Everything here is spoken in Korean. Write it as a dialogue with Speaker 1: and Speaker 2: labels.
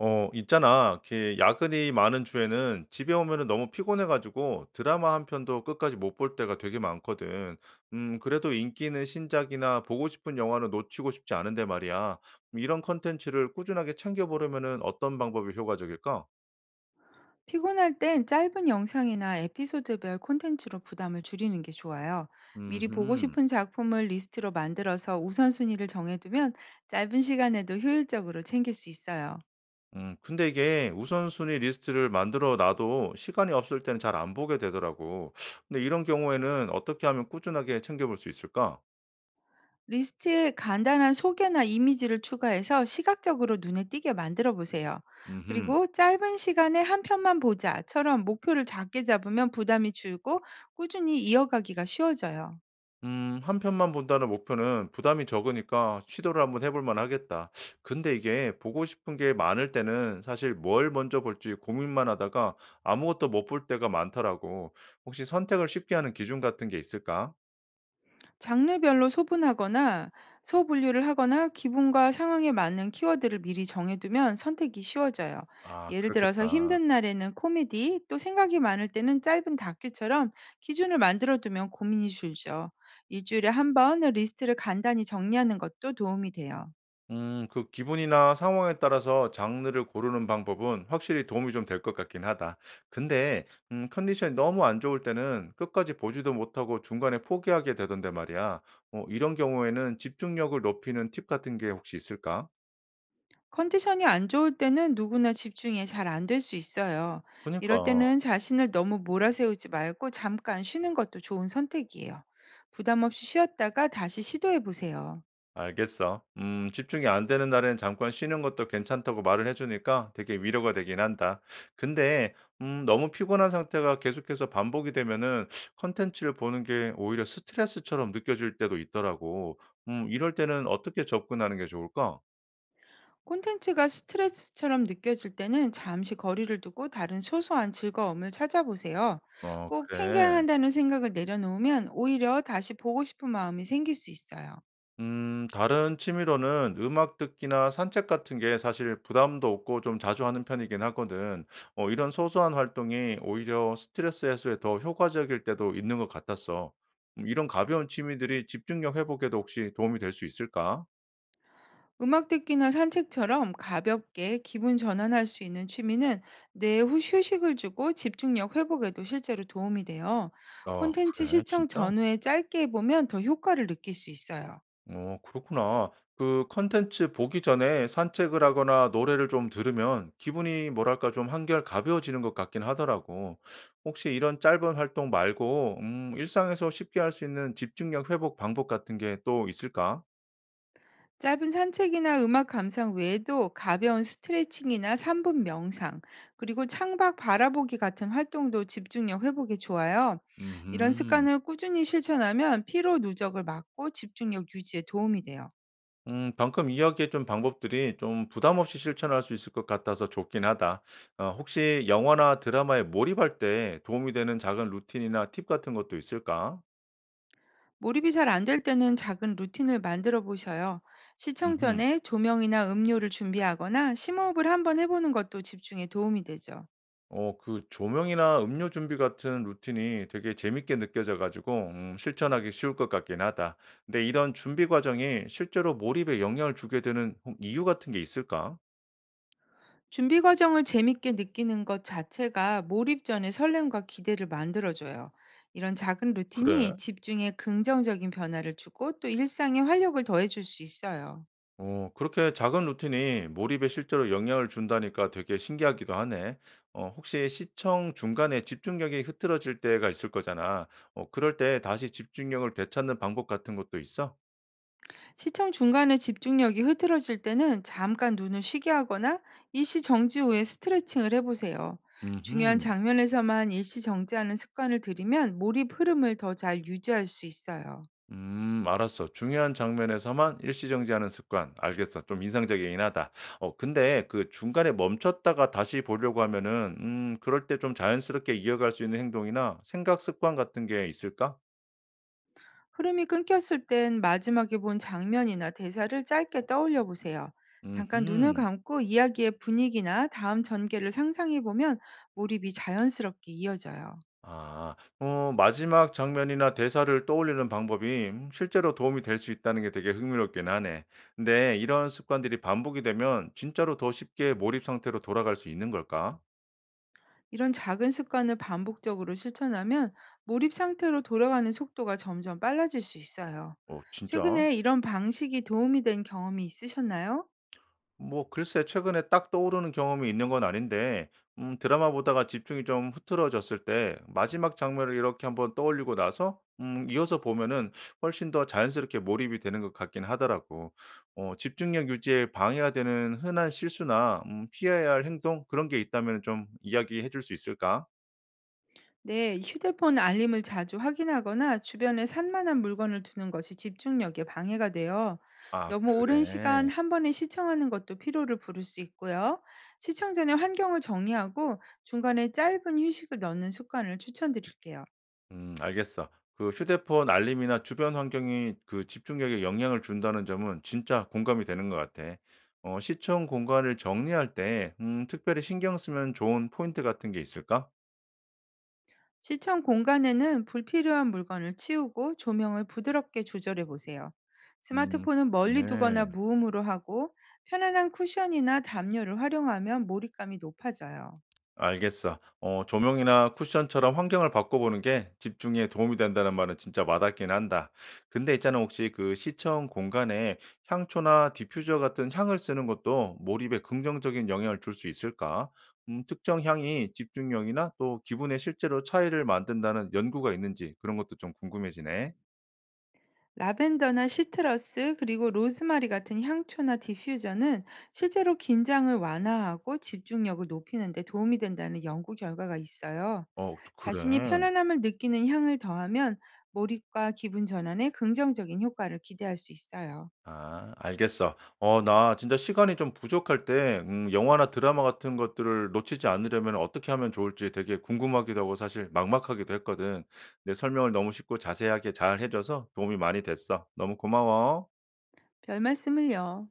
Speaker 1: 있잖아. 이렇게 야근이 많은 주에는 집에 오면은 너무 피곤해가지고 드라마 한 편도 끝까지 못 볼 때가 되게 많거든. 그래도 인기 있는 신작이나 보고 싶은 영화는 놓치고 싶지 않은데 말이야. 이런 컨텐츠를 꾸준하게 챙겨보려면은 어떤 방법이 효과적일까?
Speaker 2: 피곤할 땐 짧은 영상이나 에피소드별 콘텐츠로 부담을 줄이는 게 좋아요. 미리 보고
Speaker 1: 음,
Speaker 2: 싶은 작품을 리스트로 만들어서 우선순위를 정해두면 짧은 시간에도 효율적으로 챙길 수 있어요.
Speaker 1: 근데 이게 우선순위 리스트를 만들어 놔도 시간이 없을 때는 잘 안 보게 되더라고. 근데 이런 경우에는 어떻게 하면 꾸준하게 챙겨볼 수 있을까?
Speaker 2: 리스트에 간단한 소개나 이미지를 추가해서 시각적으로 눈에 띄게 만들어 보세요.
Speaker 1: 음
Speaker 2: 그리고 짧은 시간에 한 편만 보자처럼 목표를 작게 잡으면 부담이 줄고 꾸준히 이어가기가 쉬워져요.
Speaker 1: '한 편만 본다.'는 목표는 부담이 적으니까 시도를 한번 해볼 만하겠다. 근데 이게 보고 싶은 게 많을 때는 사실 뭘 먼저 볼지 고민만 하다가 아무것도 못 볼 때가 많더라고. 혹시 선택을 쉽게 하는 기준 같은 게 있을까?
Speaker 2: 장르별로 소분하거나 소분류를 하거나 기분과 상황에 맞는 키워드를 미리 정해두면 선택이 쉬워져요.
Speaker 1: 아
Speaker 2: 예를 들어서
Speaker 1: 그렇겠다.
Speaker 2: 힘든 날에는 코미디, 또 생각이 많을 때는 짧은 다큐처럼 기준을 만들어두면 고민이 줄죠. 일주일에 한 번 리스트를 간단히 정리하는 것도 도움이 돼요.
Speaker 1: 그 기분이나 상황에 따라서 장르를 고르는 방법은 확실히 도움이 좀 될 것 같긴 하다. 근데, 컨디션이 너무 안 좋을 때는 끝까지 보지도 못하고 중간에 포기하게 되던데 말이야. 이런 경우에는 집중력을 높이는 팁 같은 게 혹시 있을까?
Speaker 2: 컨디션이 안 좋을 때는 누구나 집중이 잘 안 될 수 있어요. 이럴
Speaker 1: 그니까.
Speaker 2: 때는 자신을 너무 몰아세우지 말고 잠깐 쉬는 것도 좋은 선택이에요. 부담 없이 쉬었다가 다시 시도해 보세요.
Speaker 1: 알겠어. 집중이 안 되는 날엔 잠깐 쉬는 것도 괜찮다고 말을 해주니까 되게 위로가 되긴 한다. 근데, 너무 피곤한 상태가 계속해서 반복이 되면은 컨텐츠를 보는 게 오히려 스트레스처럼 느껴질 때도 있더라고. 이럴 때는 어떻게 접근하는 게 좋을까?
Speaker 2: 콘텐츠가 스트레스처럼 느껴질 때는 잠시 거리를 두고 다른 소소한 즐거움을 찾아보세요.
Speaker 1: 어,
Speaker 2: 꼭
Speaker 1: 그래.
Speaker 2: 챙겨야 한다는 생각을 내려놓으면 오히려 다시 보고 싶은 마음이 생길 수 있어요.
Speaker 1: 다른 취미로는 음악 듣기나 산책 같은 게 사실 부담도 없고 좀 자주 하는 편이긴 하거든. 이런 소소한 활동이 오히려 스트레스 해소에 더 효과적일 때도 있는 것 같았어. 이런 가벼운 취미들이 집중력 회복에도 혹시 도움이 될 수 있을까?
Speaker 2: 음악 듣기나 산책처럼 가볍게 기분 전환할 수 있는 취미는 뇌에 휴식을 주고 집중력 회복에도 실제로 도움이 돼요.
Speaker 1: 아
Speaker 2: 콘텐츠
Speaker 1: 그래?
Speaker 2: 시청
Speaker 1: 진짜?
Speaker 2: 전후에 짧게 보면 더 효과를 느낄 수 있어요.
Speaker 1: 어 그렇구나. 그 컨텐츠 보기 전에 산책을 하거나 노래를 좀 들으면 기분이 뭐랄까 좀 한결 가벼워지는 것 같긴 하더라고. 혹시 이런 짧은 활동 말고 일상에서 쉽게 할 수 있는 집중력 회복 방법 같은 게 또 있을까?
Speaker 2: 짧은 산책이나 음악 감상 외에도 가벼운 스트레칭이나 3분 명상, 그리고 창밖 바라보기 같은 활동도 집중력 회복에 좋아요. 이런
Speaker 1: 음.
Speaker 2: 습관을 꾸준히 실천하면 피로 누적을 막고 집중력 유지에 도움이 돼요.
Speaker 1: 방금 이야기해 준 방법들이 좀 부담 없이 실천할 수 있을 것 같아서 좋긴 하다. 혹시 영화나 드라마에 몰입할 때 도움이 되는 작은 루틴이나 팁 같은 것도 있을까?
Speaker 2: 몰입이 잘 안될 때는 작은 루틴을 만들어 보셔요. 시청 전에 조명이나 음료를 준비하거나 심호흡을 한번 해보는 것도 집중에 도움이 되죠.
Speaker 1: 그 조명이나 음료 준비 같은 루틴이 되게 재밌게 느껴져 가지고 실천하기 쉬울 것 같긴 하다. 근데 이런 준비 과정이 실제로 몰입에 영향을 주게 되는 혹 이유 같은 게 있을까?
Speaker 2: 준비 과정을 재밌게 느끼는 것 자체가 몰입 전의 설렘과 기대를 만들어줘요. 이런 작은 루틴이
Speaker 1: 그래?
Speaker 2: 집중에 긍정적인 변화를 주고 또 일상에 활력을 더해줄 수 있어요.
Speaker 1: 그렇게 작은 루틴이 몰입에 실제로 영향을 준다니까 되게 신기하기도 하네. 혹시 시청 중간에 집중력이 흐트러질 때가 있을 거잖아. 그럴 때 다시 집중력을 되찾는 방법 같은 것도 있어?
Speaker 2: 시청 중간에 집중력이 흐트러질 때는 잠깐 눈을 쉬게 하거나 일시정지 후에 스트레칭을 해보세요. 중요한
Speaker 1: 음흠.
Speaker 2: 장면에서만 일시정지하는 습관을 들이면 몰입 흐름을 더 잘 유지할 수 있어요.
Speaker 1: 알았어. 중요한 장면에서만 일시정지하는 습관. 알겠어. 좀 인상적이긴 하다. 근데 그 중간에 멈췄다가 다시 보려고 하면은, 그럴 때 좀 자연스럽게 이어갈 수 있는 행동이나 생각 습관 같은 게 있을까?
Speaker 2: 흐름이 끊겼을 땐 마지막에 본 장면이나 대사를 짧게 떠올려 보세요. 잠깐 눈을
Speaker 1: 음,
Speaker 2: 감고 이야기의 분위기나 다음 전개를 상상해 보면 몰입이 자연스럽게 이어져요.
Speaker 1: 마지막 장면이나 대사를 떠올리는 방법이 실제로 도움이 될 수 있다는 게 되게 흥미롭긴 하네. 근데 이런 습관들이 반복이 되면 진짜로 더 쉽게 몰입 상태로 돌아갈 수 있는 걸까?
Speaker 2: 이런 작은 습관을 반복적으로 실천하면 몰입 상태로 돌아가는 속도가 점점 빨라질 수 있어요.
Speaker 1: 어, 진짜?
Speaker 2: 최근에 이런 방식이 도움이 된 경험이 있으셨나요?
Speaker 1: 뭐 글쎄 최근에 딱 떠오르는 경험이 있는 건 아닌데 드라마 보다가 집중이 좀 흐트러졌을 때 마지막 장면을 이렇게 한번 떠올리고 나서 이어서 보면은 훨씬 더 자연스럽게 몰입이 되는 것 같긴 하더라고. 집중력 유지에 방해가 되는 흔한 실수나 피해야 할 행동 그런 게 있다면 좀 이야기해 줄 수 있을까?
Speaker 2: 네, 휴대폰 알림을 자주 확인하거나 주변에 산만한 물건을 두는 것이 집중력에 방해가 돼요.
Speaker 1: 아
Speaker 2: 너무 오랜 시간
Speaker 1: 그래.
Speaker 2: 한 번에 시청하는 것도 피로를 부를 수 있고요. 시청 전에 환경을 정리하고 중간에 짧은 휴식을 넣는 습관을 추천드릴게요.
Speaker 1: 알겠어. 그 휴대폰 알림이나 주변 환경이 그 집중력에 영향을 준다는 점은 진짜 공감이 되는 것 같아. 시청 공간을 정리할 때, 특별히 신경 쓰면 좋은 포인트 같은 게 있을까?
Speaker 2: 시청 공간에는 불필요한 물건을 치우고 조명을 부드럽게 조절해 보세요.
Speaker 1: 음,
Speaker 2: 스마트폰은 멀리 두거나
Speaker 1: 그렇게.
Speaker 2: 무음으로 하고 편안한 쿠션이나 담요를 활용하면 몰입감이 높아져요.
Speaker 1: 알겠어. 조명이나 쿠션처럼 환경을 바꿔보는 게 집중에 도움이 된다는 말은 진짜 와닿긴 한다. 근데 있잖아, 혹시 그 시청 공간에 향초나 디퓨저 같은 향을 쓰는 것도 몰입에 긍정적인 영향을 줄 수 있을까? 특정 향이 집중력이나 또 기분에 실제로 차이를 만든다는 연구가 있는지 그런 것도 좀 궁금해지네.
Speaker 2: 라벤더나 시트러스 그리고 로즈마리 같은 향초나 디퓨저는 실제로 긴장을 완화하고 집중력을 높이는 데 도움이 된다는 연구 결과가 있어요.
Speaker 1: 어,
Speaker 2: 자신이
Speaker 1: 그래.
Speaker 2: 편안함을 느끼는 향을 더하면 몰입과 기분 전환에 긍정적인 효과를 기대할 수 있어요.
Speaker 1: 아 알겠어. 나 진짜 시간이 좀 부족할 때 영화나 드라마 같은 것들을 놓치지 않으려면 어떻게 하면 좋을지 되게 궁금하기도 하고 사실 막막하기도 했거든. 내 설명을 너무 쉽고 자세하게 잘 해 줘서 도움이 많이 됐어. 너무 고마워.
Speaker 2: 별말씀을요.